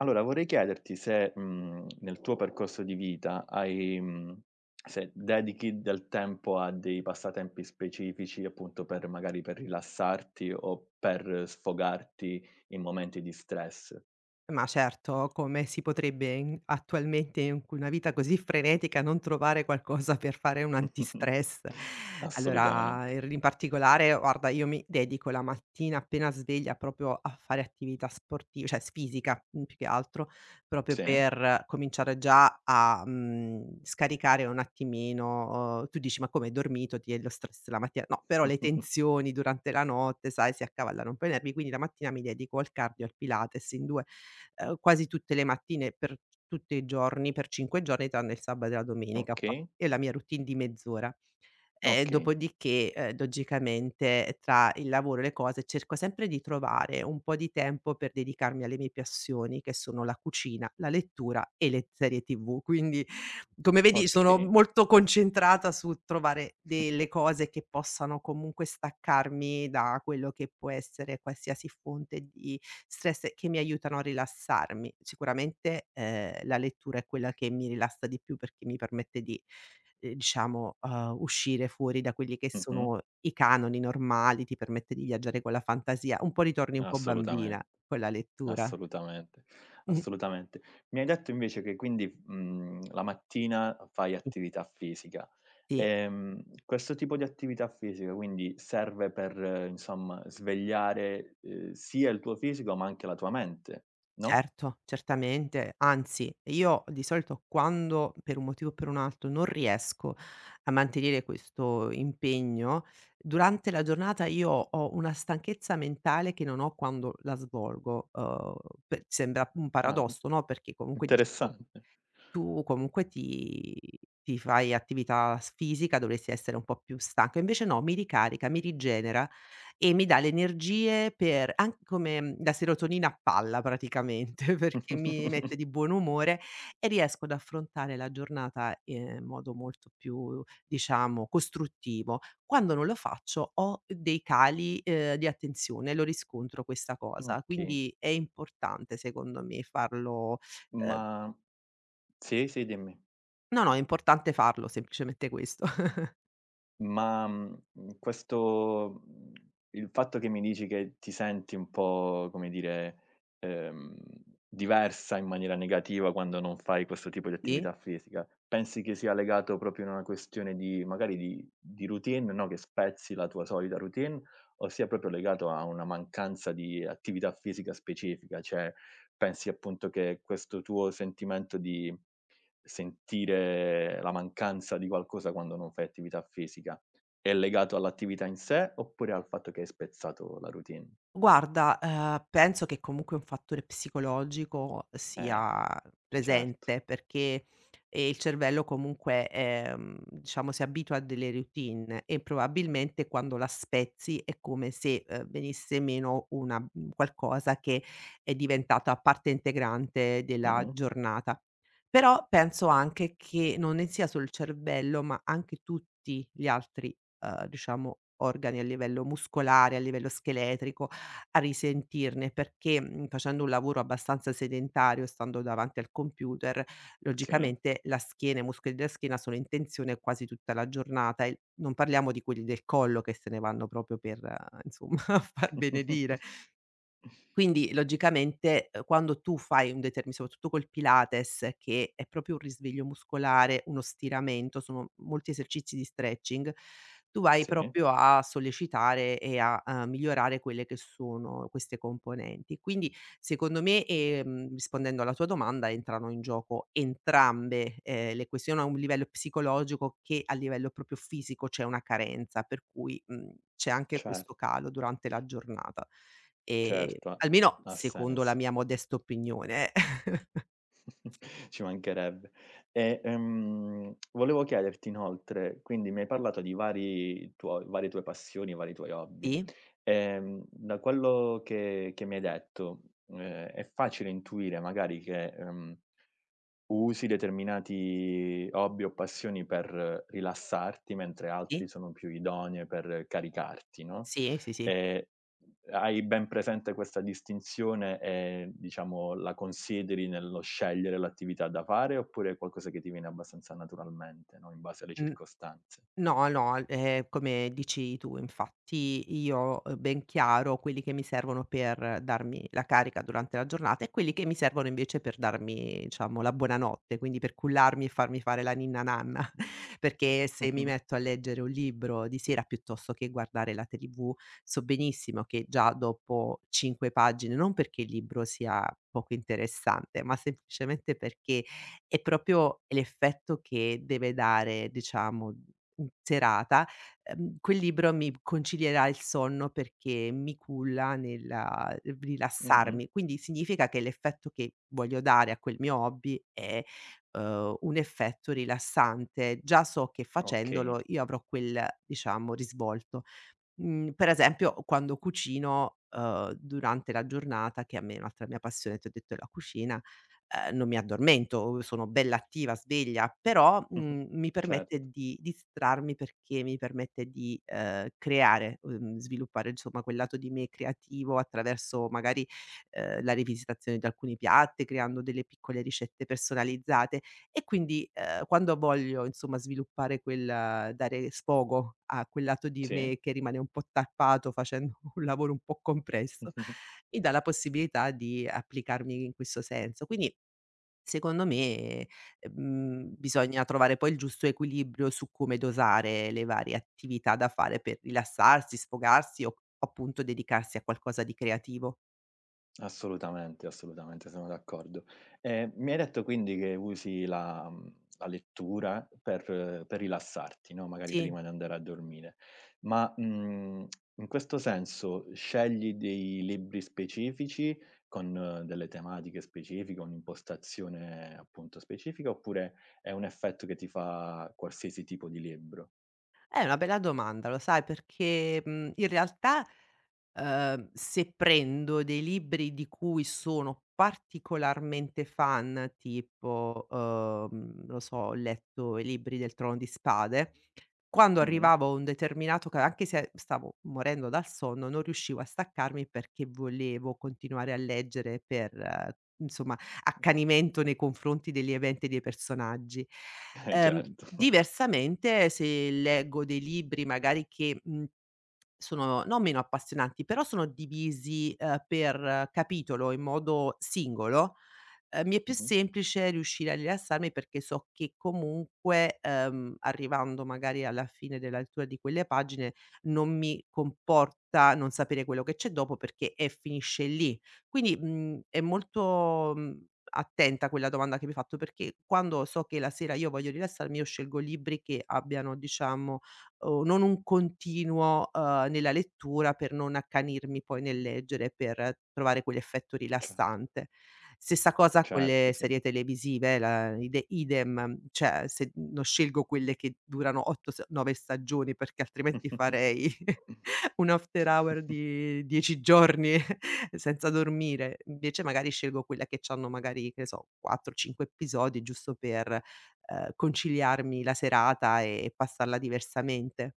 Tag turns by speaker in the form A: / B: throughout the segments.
A: Allora vorrei chiederti se, nel tuo percorso di vita se dedichi del tempo a dei passatempi specifici, appunto per magari per rilassarti o per sfogarti in momenti di stress.
B: Ma certo, come si potrebbe in attualmente in una vita così frenetica non trovare qualcosa per fare un antistress? Allora,
A: Assolutamente.
B: er in particolare guarda, io mi dedico la mattina appena sveglia proprio a fare attività sporti cioè s fisica, più che altro, proprio
A: Sì.
B: per cominciare già a, scaricare un attimino. Tu dici: "Ma come hai dormito? Ti è lo stress la mattina", no, però le tensioni durante la notte, sai, si accavallano un po' i nervi, quindi la mattina mi dedico al cardio, al pilates in 2, quasi tutte le mattine, per tutti i giorni, per 5 giorni, tranne il sabato e la domenica, ho fa
A: Okay,
B: e la mia routine di mezz'ora.
A: okay,
B: Dopodiché, logicamente tra il lavoro e le cose, cerco sempre di trovare un po' di tempo per dedicarmi alle mie passioni, che sono la cucina, la lettura e le serie TV. Quindi, come vedi, sono
A: okay.
B: molto concentrata su trovare delle cose che possano comunque staccarmi da quello che può essere qualsiasi fonte di stress e che mi aiutano a rilassarmi. Sicuramente, la lettura è quella che mi rilassa di più, perché mi permette di diciamo, uscire fuori da quelli che
A: Mh-mh.
B: sono i canoni normali, ti permette di viaggiare con la fantasia, un po' ritorni un po' bambina
A: Assolutamente,
B: con la lettura.
A: assolutamente,
B: Mh.
A: assolutamente. Mi hai detto invece che quindi, la mattina fai attività fisica.
B: Sì,
A: Questo tipo di attività fisica quindi serve per, insomma, svegliare, sia il tuo fisico ma anche la tua mente, no?
B: certo, certamente. Anzi, io di solito, quando per un motivo o per un altro non riesco a mantenere questo impegno, durante la giornata io ho una stanchezza mentale che non ho quando la svolgo. Pe Sembra un
A: Ah,
B: paradosso, no, perché comunque dici: "Oh,
A: interessante.
B: tu comunque ti fai attività s fisica, dovresti essere un po' più stanco". Invece no, mi ricarica, mi rigenera e mi dà le energie per an come, la serotonina a palla praticamente, perché mi mette di buon umore e riesco ad affrontare la giornata, in modo molto più, diciamo, costruttivo. Quando non lo faccio, ho dei cali, di attenzione, lo riscontro questa cosa,
A: Okay,
B: quindi è importante secondo me farlo. ehm
A: ma sì, sì, dimmi.
B: No, no, è importante farlo, semplicemente questo.
A: Ma, mhmm, questo mhmm, il fatto che mi dici che ti senti un po', come dire, ehm, diversa in maniera negativa quando non fai questo tipo di
B: Sì.
A: attività fisica, pensi che sia legato proprio a una questione di magari di routine, no, che spezzi la tua solita routine, o sia proprio legato a una mancanza di attività fisica specifica? Cioè, pensi appunto che questo tuo sentimento di sentire la mancanza di qualcosa quando non fai attività fisica, è legato all'attività in sé oppure al fatto che hai spezzato la routine?
B: Guarda, penso che comunque un fattore psicologico
A: Eh,
B: sia
A: certo.
B: presente, perché, il cervello comunque, diciamo, si abitua a delle routine e probabilmente quando la spezzi è come se, venisse meno una, qualcosa che è diventata parte integrante della
A: Mh-mh.
B: giornata. Però penso anche che non ne sia solo il cervello, ma anche tutti gli altri, diciamo, organi, a livello muscolare, a livello scheletrico, a risentirne, perché, facendo un lavoro abbastanza sedentario, stando davanti al computer,
A: Sì.
B: logicamente la schiena, i muscoli della schiena sono in tensione quasi tutta la giornata, e non parliamo di quelli del collo che se ne vanno proprio per, insomma, far benedire. Quindi logicamente, quando tu fai un determi soprattutto col Pilates, che è proprio un risveglio muscolare, uno stiramento, sono molti esercizi di stretching, tu vai
A: Sì,
B: proprio a sollecitare e a, migliorare quelle che sono queste componenti. Quindi secondo me, rispondendo alla tua domanda, entrano in gioco entrambe, le questioni, a un livello psicologico che a livello proprio fisico c'è una carenza, per cui, c'è anche questo
A: certo,
B: calo durante la giornata.
A: certo, ha
B: Almeno
A: ha
B: secondo la
A: senso.
B: mia modesta opinione.
A: Ci mancherebbe. E, volevo chiederti inoltre, quindi mi hai parlato di varie tue passioni, vari tuoi hobby.
B: Sì,
A: Da quello che mi hai detto, ehm, è facile intuire magari che, usi determinati hobby o passioni per rilassarti, mentre altri
B: sì,
A: sono più idonee per caricarti, no,
B: sì, sì, sì.
A: ehm hai ben presente questa distinzione e, diciamo, la consideri nello scegliere l'attività da fare, oppure è qualcosa che ti viene abbastanza naturalmente, no, in base alle
B: Mh.
A: circostanze?
B: No, no, al come dici tu, infatti io ho ben chiaro quelli che mi servono per darmi la carica durante la giornata e quelli che mi servono invece per darmi, diciamo, la buonanotte, quindi per cullarmi e farmi fare la ninna nanna. Perché se mi
A: Mh-mh,
B: metto a leggere un libro di sera piuttosto che guardare la TV, so benissimo che già dopo 5 pagine, non perché il libro sia poco interessante, ma semplicemente perché è proprio l'effetto che deve dare, diciamo. Serata, quel libro mi concilierà il sonno perché mi culla nella,
A: mh-mh,
B: rilassarmi. Quindi significa che l'effetto che voglio dare a quel mio hobby è, un effetto rilassante. Già so che
A: okay.
B: facendolo io avrò quel, diciamo, risvolto. Per esempio, quando cucino, durante la giornata, che a me è un'altra mia passione, ti ho detto è la cucina, non mi addormento, sono bella attiva, sveglia, però,
A: Mh-mh.
B: mi
A: Certo.
B: permette di distrarmi, perché mi permette di, creare, sviluppare insomma quel lato di me creativo attraverso magari, la rivisitazione di alcuni piatti, creando delle piccole ricette personalizzate. E quindi, quando voglio insomma sviluppare quel, dare sfogo a quel lato di
A: Sì.
B: me che rimane un po' tarpato facendo un lavoro un po' compresso, mi dà la possibilità di applicarmi in questo senso. Quindi secondo me, bisogna trovare poi il giusto equilibrio su come dosare le varie attività da fare per rilassarsi, sfogarsi o appunto dedicarsi a qualcosa di creativo.
A: Assolutamente, assolutamente, sono d'accordo. Mi hai detto quindi che usi la la lettura per rilassarti, no, magari
B: Sì.
A: prima di andare a dormire. Ma, in questo senso scegli dei libri specifici con delle tematiche specifiche, un'impostazione appunto specifica, oppure è un effetto che ti fa qualsiasi tipo di libro?
B: È una bella domanda, lo sai, perché, in realtà, se prendo dei libri di cui sono particolarmente fan, tipo, non so, ho letto i libri del Trono di Spade, quando
A: Mh-mh.
B: arrivavo a un determinato ca anche se stavo morendo dal sonno, non riuscivo a staccarmi perché volevo continuare a leggere per, insomma, accanimento nei confronti degli eventi e dei personaggi.
A: Eh certo.
B: Diversamente, se leggo dei libri magari che, sono non meno appassionanti, però sono divisi, per, capitolo in modo singolo, mi è più
A: Mh-mh.
B: semplice riuscire a rilassarmi, perché so che comunque, arrivando magari alla fine della lettura di quelle pagine, non mi comporta non sapere quello che c'è dopo, perché è finisce lì. Quindi, è molto, attenta a quella domanda che mi hai fatto, perché quando so che la sera io voglio rilassarmi, io scelgo libri che abbiano, diciamo, o non un continuo, nella lettura, per non accanirmi poi nel leggere, per trovare quell'effetto
A: Certo.
B: rilassante. Stessa cosa con
A: Certo,
B: le
A: sì.
B: serie televisive, la idem, cioè, se non scelgo quelle che durano 8 s 9 stagioni, perché altrimenti farei un after hour di 10 giorni senza dormire. Invece magari scelgo quella che c'hanno magari, che ne so, 4, 5 episodi giusto per, conciliarmi la serata e passarla diversamente.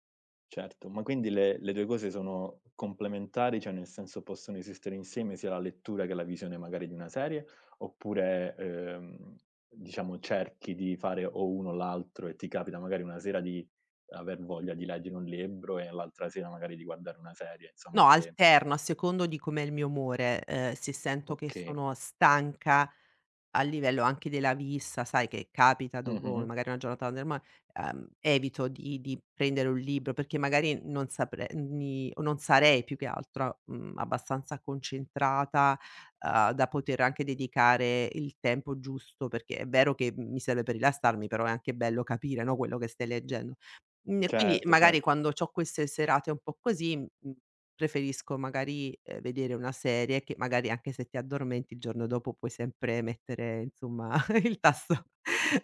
A: Certo, ma quindi le 2 cose sono complementari, cioè nel senso possono esistere insieme sia la lettura che la visione magari di una serie, oppure, diciamo cerchi di fare o uno o l'altro e ti capita magari una sera di aver voglia di leggere un libro e l'altra sera magari di guardare una serie, insomma
B: No,
A: che
B: alterno a secondo di com'è il mio umore, se sento che
A: okay.
B: sono stanca a livello anche della vista, sai che capita dopo
A: Mh-mh.
B: magari una giornata, norma evito di prendere un libro perché magari non saprei, ni o non sarei più che altro, abbastanza concentrata, da poter anche dedicare il tempo giusto, perché è vero che mi serve per rilassarmi, però è anche bello capire, no, quello che stai leggendo. E quindi
A: Certo,
B: magari
A: certo.
B: quando c'ho queste serate un po' così, preferisco magari, vedere una serie che magari anche se ti addormenti il giorno dopo puoi sempre mettere, insomma, il tasto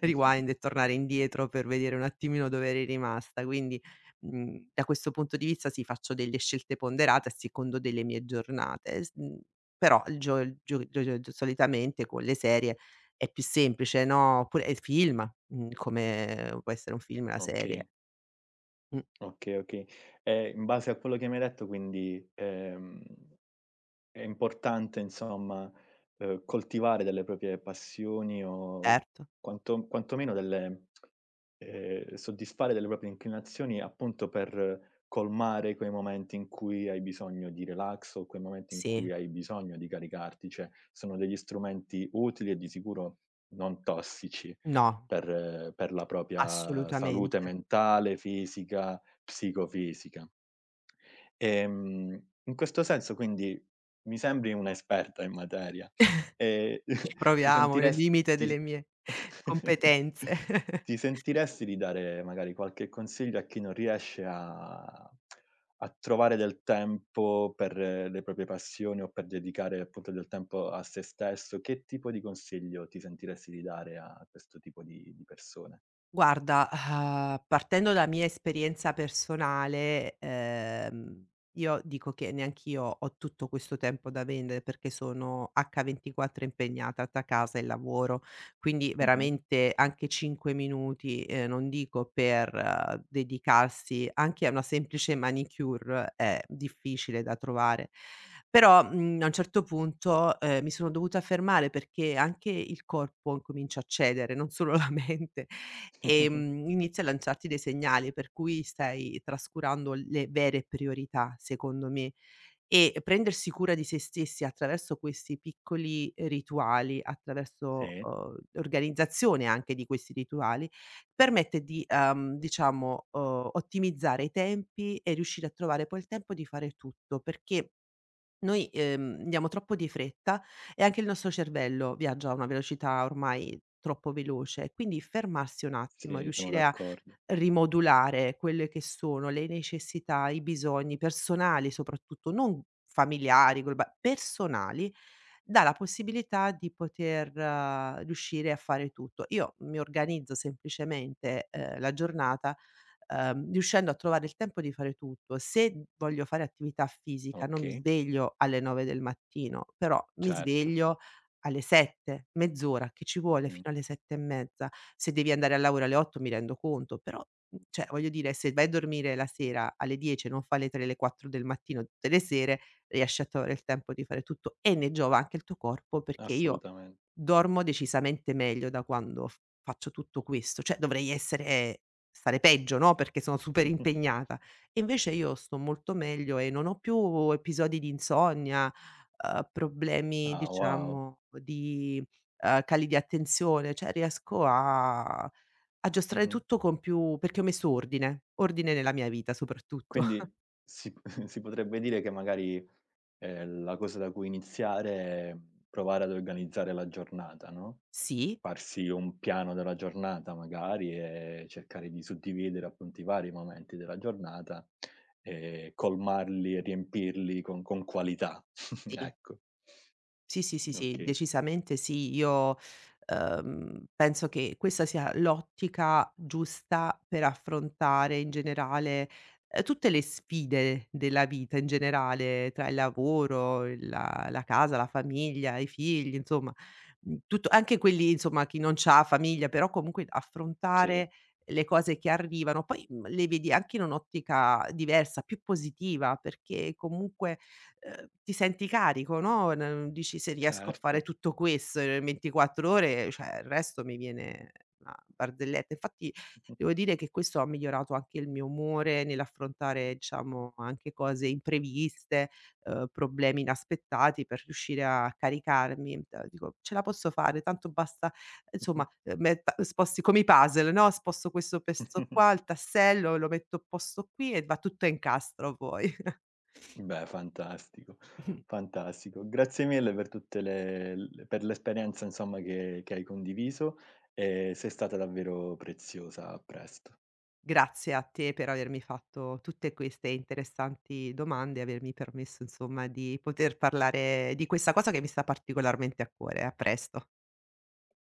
B: rewind e tornare indietro per vedere un attimino dove eri rimasta. Quindi, da questo punto di vista sì, faccio delle scelte ponderate a secondo delle mie giornate, però il gio gio gio gio solitamente con le serie è più semplice, no, oppure film, come può essere un film, una serie.
A: Okay,
B: Mh.
A: okay, okay. E in base a quello che mi hai detto quindi, è importante insomma, coltivare delle proprie passioni o
B: Certo,
A: quantomeno delle soddisfare delle proprie inclinazioni appunto per colmare quei momenti in cui hai bisogno di relax o quei momenti in
B: sì,
A: cui hai bisogno di caricarti, cioè sono degli strumenti utili e di sicuro non tossici
B: no,
A: per la propria salute
B: assolutamente.
A: mentale, fisica, psicofisica. In questo senso quindi mi sembri un'esperta in materia e
B: Ci
A: ti
B: proviamo nel
A: sentiresti
B: limite delle mie competenze.
A: ti sentiresti di dare magari qualche consiglio a chi non riesce a trovare del tempo per le proprie passioni o per dedicare appunto del tempo a se stesso? Che tipo di consiglio ti sentiresti di dare a questo tipo di persone?
B: Guarda, partendo da mia esperienza personale, io dico che neanch'io ho tutto questo tempo da vendere, perché sono H24 impegnata tra casa e lavoro, quindi
A: Mh-mh.
B: veramente anche 5 minuti, non dico per, dedicarsi anche a una semplice manicure è difficile da trovare. Però, a un certo punto, mi sono dovuta fermare, perché anche il corpo incomincia a cedere, non solo la mente. Inizia a lanciarti dei segnali per cui stai trascurando le vere priorità, secondo me. E prendersi cura di se stessi attraverso questi piccoli rituali, attraverso,
A: Sì,
B: l'organizzazione anche di questi rituali, permette di, diciamo, ottimizzare i tempi e riuscire a trovare poi il tempo di fare tutto, perché noi, andiamo troppo di fretta e anche il nostro cervello viaggia a una velocità ormai troppo veloce, quindi fermarsi un attimo,
A: sì, sono
B: riuscire a
A: d'accordo.
B: rimodulare quelle che sono le necessità, i bisogni personali soprattutto, non familiari, globa personali, dà la possibilità di poter, riuscire a fare tutto. Io mi organizzo semplicemente, la giornata, riuscendo a trovare il tempo di fare tutto. Se voglio fare attività fisica non mi
A: Okay,
B: sveglio alle 9 del mattino, però mi
A: certo.
B: sveglio alle 7, mezz'ora che ci vuole,
A: Mh-mh.
B: fino alle 7 e mezza. Se devi andare al lavoro alle 8 mi rendo conto, però, cioè, voglio dire, se vai a dormire la sera alle 10 e non fa le 3, le 4 del mattino tutte le sere, riesci a trovare il tempo di fare tutto e ne giova anche il tuo corpo, perché io
A: Assolutamente.
B: dormo decisamente meglio da quando f faccio tutto questo, cioè dovrei essere stare peggio, no, perché sono super
A: Mh-mh.
B: impegnata. E invece io sto molto meglio e non ho più episodi di insonnia, problemi
A: Ah, wow.
B: diciamo di, cali di attenzione, cioè riesco a giostrare
A: Mh-mh.
B: tutto con più, perché ho messo ordine, ordine nella mia vita soprattutto.
A: Quindi si si potrebbe dire che magari, la cosa da cui iniziare è provare ad organizzare la giornata, no,
B: Sì,
A: farsi un piano della giornata magari e cercare di suddividere appunto i vari momenti della giornata e colmarli e riempirli con qualità.
B: sì.
A: Ecco.
B: Sì, sì, sì, sì,
A: Okay.
B: decisamente sì. Io, penso che questa sia l'ottica giusta per affrontare in generale, tutte le sfide della vita in generale, tra il lavoro, il la la casa, la famiglia, i figli, insomma, tutto, anche quelli, insomma chi non c'ha famiglia, però comunque
A: Sì,
B: affrontare le cose che arrivano, poi, le vedi anche in un'ottica diversa, più positiva, perché comunque, ti senti carico, no, n dici: "Se riesco a fare
A: certo.
B: tutto questo in 24 ore, cioè il resto mi viene una barzelletta". Infatti devo dire che questo ha migliorato anche il mio umore nell'affrontare, diciamo, anche cose impreviste, problemi inaspettati, per riuscire a caricarmi. Mhmm, T dico: "Ce la posso fare, tanto basta", insomma, metta sposti come i puzzle, no, sposto questo pezzo qua, il tassello, lo metto a posto qui e va tutto a incastro poi.
A: Beh, fantastico, fantastico. Grazie mille per tutte le l per l'esperienza insomma che hai condiviso e sei stata davvero preziosa. A presto.
B: Grazie a te per avermi fatto tutte queste interessanti domande e avermi permesso, insomma, di poter parlare di questa cosa che mi sta particolarmente a cuore. A presto.